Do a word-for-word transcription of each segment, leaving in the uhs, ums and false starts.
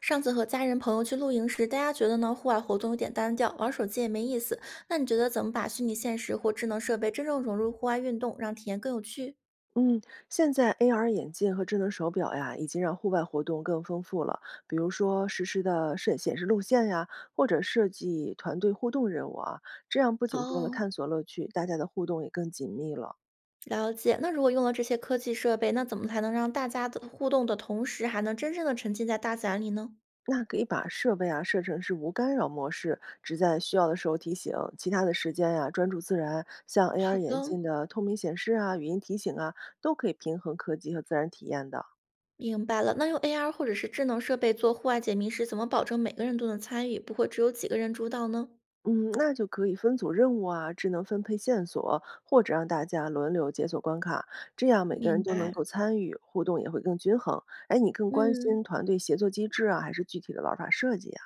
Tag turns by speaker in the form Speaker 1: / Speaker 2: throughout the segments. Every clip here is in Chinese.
Speaker 1: 上次和家人朋友去露营时，大家觉得呢户外活动有点单调，玩手机也没意思。那你觉得怎么把虚拟现实或智能设备真正融入户外运动，让体验更有趣？
Speaker 2: 嗯，现在 A R 眼镜和智能手表呀，已经让户外活动更丰富了。比如说实时的摄显示路线呀，或者设计团队互动任务啊，这样不仅多了
Speaker 1: 哦，
Speaker 2: 探索乐趣，大家的互动也更紧密了。
Speaker 1: 了解。那如果用了这些科技设备，那怎么才能让大家的互动的同时，还能真正的沉浸在大自然里呢？
Speaker 2: 那可以把设备啊设成是无干扰模式，只在需要的时候提醒，其他的时间呀专注自然。像 A R
Speaker 1: 好
Speaker 2: 眼
Speaker 1: 的，
Speaker 2: 镜的透明显示啊、语音提醒啊，都可以平衡科技和自然体验的。
Speaker 1: 明白了。那用 A R 或者是智能设备做户外解谜时，怎么保证每个人都能参与，不会只有几个人主导呢？
Speaker 2: 嗯，那就可以分组任务啊，智能分配线索，或者让大家轮流解锁关卡，这样每个人
Speaker 1: 明
Speaker 2: 都能
Speaker 1: 白。
Speaker 2: 够参与，互动也会更均衡。哎，你更关心
Speaker 1: 嗯，
Speaker 2: 团队协作机制啊，还是具体的玩法设计呀、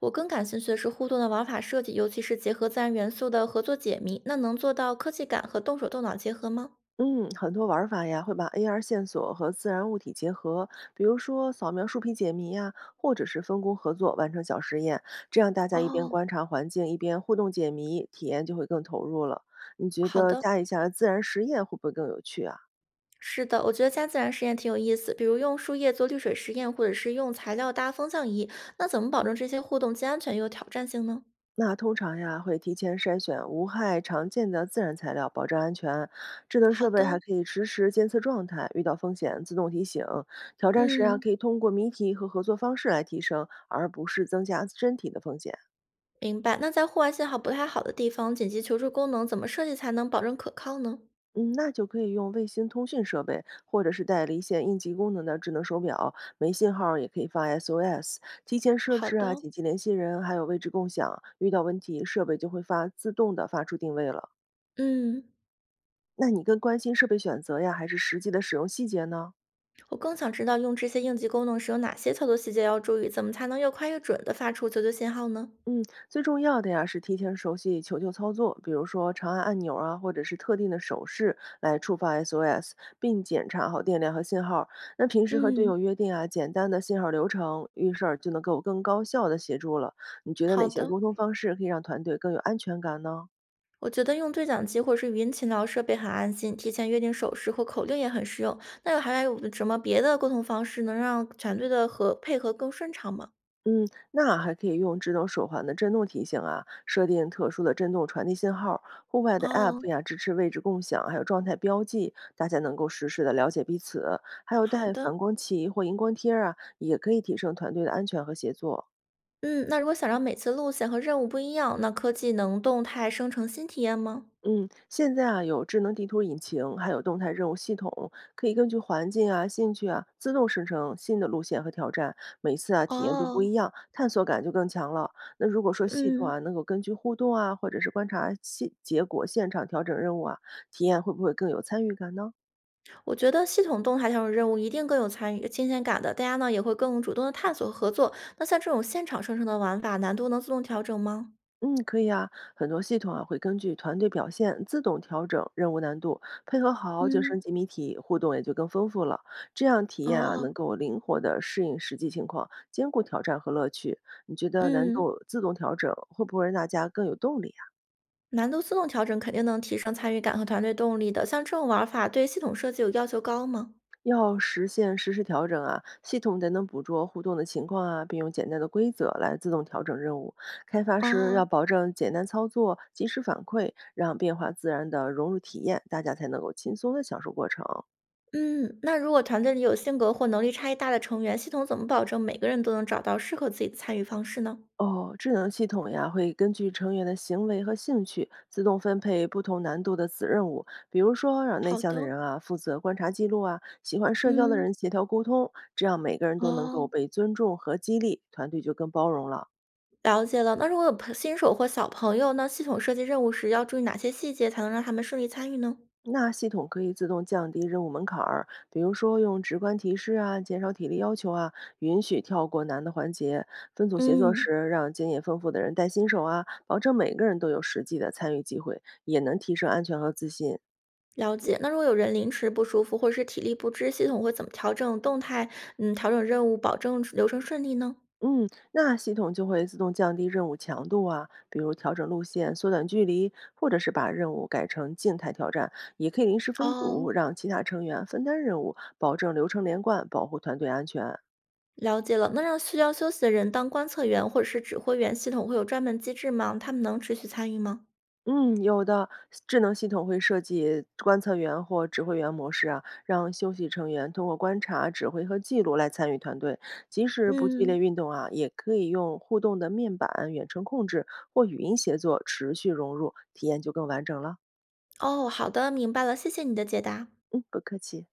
Speaker 1: 我更感兴趣的是互动的玩法设计，尤其是结合自然元素的合作解谜，那能做到科技感和动手动脑结合吗？
Speaker 2: 嗯，很多玩法呀会把 A R 线索和自然物体结合，比如说扫描树皮解谜呀、或者是分工合作完成小实验，这样大家一边
Speaker 1: 哦，
Speaker 2: 观察环境，一边互动解谜，体验就会更投入了。你觉
Speaker 1: 好
Speaker 2: 得
Speaker 1: 的，
Speaker 2: 加一下自然实验会不会更有趣啊？
Speaker 1: 是的，我觉得加自然实验挺有意思，比如用树叶做滤水实验，或者是用材料搭风向仪。那怎么保证这些互动既安全又有挑战性呢？
Speaker 2: 那通常呀，会提前筛选无害、常见的自然材料，保证安全。智能设
Speaker 1: 好
Speaker 2: 备
Speaker 1: 的，
Speaker 2: 还可以实时监测状态，遇到风险自动提醒。挑战时啊，
Speaker 1: 嗯，
Speaker 2: 可以通过谜题和合作方式来提升，而不是增加身体的风险。
Speaker 1: 明白。那在户外信号不太好的地方，紧急求助功能怎么设计才能保证可靠呢？
Speaker 2: 嗯，那就可以用卫星通讯设备，或者是带离线应急功能的智能手表，没信号儿也可以发 S O S。提前设
Speaker 1: 好
Speaker 2: 置啊，
Speaker 1: 的，
Speaker 2: 紧急联系人，还有位置共享，遇到问题设备就会发自动的发出定位了。
Speaker 1: 嗯。
Speaker 2: 那你更关心设备选择呀，还是实际的使用细节呢？
Speaker 1: 我更想知道用这些应急功能时有哪些操作细节要注意，怎么才能越快越准的发出求救信号呢？
Speaker 2: 嗯，最重要的呀是提前熟悉求救操作，比如说长按按钮啊，或者是特定的手势来触发 S O S，并检查好电量和信号。那平时和队
Speaker 1: 嗯，
Speaker 2: 友约定啊，简单的信号流程，遇事儿就能够更高效的协助了。你觉得哪
Speaker 1: 好
Speaker 2: 些
Speaker 1: 的。
Speaker 2: 沟通方式可以让团队更有安全感呢？
Speaker 1: 我觉得用对讲机或者是语音勤劳设备很安心，提前约定手势或口令也很实用。那有还有什么别的沟通方式能让团队的和配合更顺畅吗？
Speaker 2: 嗯，那还可以用智能手环的震动提醒啊，设定特殊的震动传递信号。户外的 App
Speaker 1: 哦，
Speaker 2: 呀，支持位置共享，还有状态标记，大家能够实时的了解彼此。还有
Speaker 1: 好
Speaker 2: 带
Speaker 1: 的。
Speaker 2: 反光旗或荧光贴儿啊，也可以提升团队的安全和协作。
Speaker 1: 嗯，那如果想让每次路线和任务不一样，那科技能动态生成新体验吗？
Speaker 2: 嗯，现在啊有智能地图引擎，还有动态任务系统，可以根据环境啊、兴趣啊，自动生成新的路线和挑战。每次啊体验都不一
Speaker 1: 哦，
Speaker 2: 样，探索感就更强了。那如果说系统啊
Speaker 1: 嗯，
Speaker 2: 能够根据互动啊，或者是观察现结果现场调整任务啊，体验会不会更有参与感呢？
Speaker 1: 我觉得系统动态调整任务一定更有参与新鲜感的，大家呢也会更主动的探索和合作。那像这种现场生成的玩法，难度能自动调整吗？
Speaker 2: 嗯，可以啊，很多系统啊会根据团队表现自动调整任务难度，配合好就
Speaker 1: 嗯，
Speaker 2: 升级谜题，互动也就更丰富了。这样体验啊
Speaker 1: 哦，
Speaker 2: 能够灵活的适应实际情况，兼顾挑战和乐趣。你觉得难
Speaker 1: 嗯，
Speaker 2: 度自动调整会不会让大家更有动力啊？
Speaker 1: 难度自动调整肯定能提升参与感和团队动力的。像这种玩法，对系统设计有要求高吗？
Speaker 2: 要实现实时调整啊，系统得能捕捉互动的情况啊，并用简单的规则来自动调整任务。开发师要
Speaker 1: 哦，
Speaker 2: 保证简单操作、及时反馈，让变化自然的融入体验，大家才能够轻松的享受过程。
Speaker 1: 嗯，那如果团队里有性格或能力差异大的成员，系统怎么保证每个人都能找到适合自己的参与方式呢？
Speaker 2: 哦，智能系统呀，会根据成员的行为和兴趣，自动分配不同难度的子任务。比如说，让内
Speaker 1: 好
Speaker 2: 向的
Speaker 1: 的，
Speaker 2: 人啊负责观察记录啊，喜欢社交的
Speaker 1: 嗯，
Speaker 2: 人协调沟通，这样每个人都能够
Speaker 1: 哦。
Speaker 2: 被尊重和激励，团队就更包容了。
Speaker 1: 了解了。那如果有朋新手或小朋友那系统设计任务时要注意哪些细节，才能让他们顺利参与呢？
Speaker 2: 那系统可以自动降低任务门槛儿，比如说用直观提示啊，减少体力要求啊，允许跳过难的环节。分组协作
Speaker 1: 嗯，
Speaker 2: 时，让经验丰富的人带新手啊，保证每个人都有实际的参与机会，也能提升安全和自信。
Speaker 1: 了解。那如果有人临时不舒服，或者是体力不支，系统会怎么调整动态？嗯，调整任务，保证流程顺利呢？
Speaker 2: 嗯，那系统就会自动降低任务强度啊，比如调整路线、缩短距离，或者是把任务改成静态挑战，也可以临时分组，
Speaker 1: 哦，
Speaker 2: 让其他成员分担任务，保证流程连贯，保护团队安全。
Speaker 1: 了解了。那让需要休息的人当观测员或者是指挥员，系统会有专门机制吗？他们能持续参与吗？
Speaker 2: 嗯，有的。智能系统会设计观测员或指挥员模式啊，让休息成员通过观察、指挥和记录来参与团队。即使不剧烈
Speaker 1: 嗯，
Speaker 2: 运动啊，也可以用互动的面板、远程控制或语音协作持续融入，体验就更完整了。
Speaker 1: 哦，好的，明白了，谢谢你的解答。
Speaker 2: 嗯，不客气。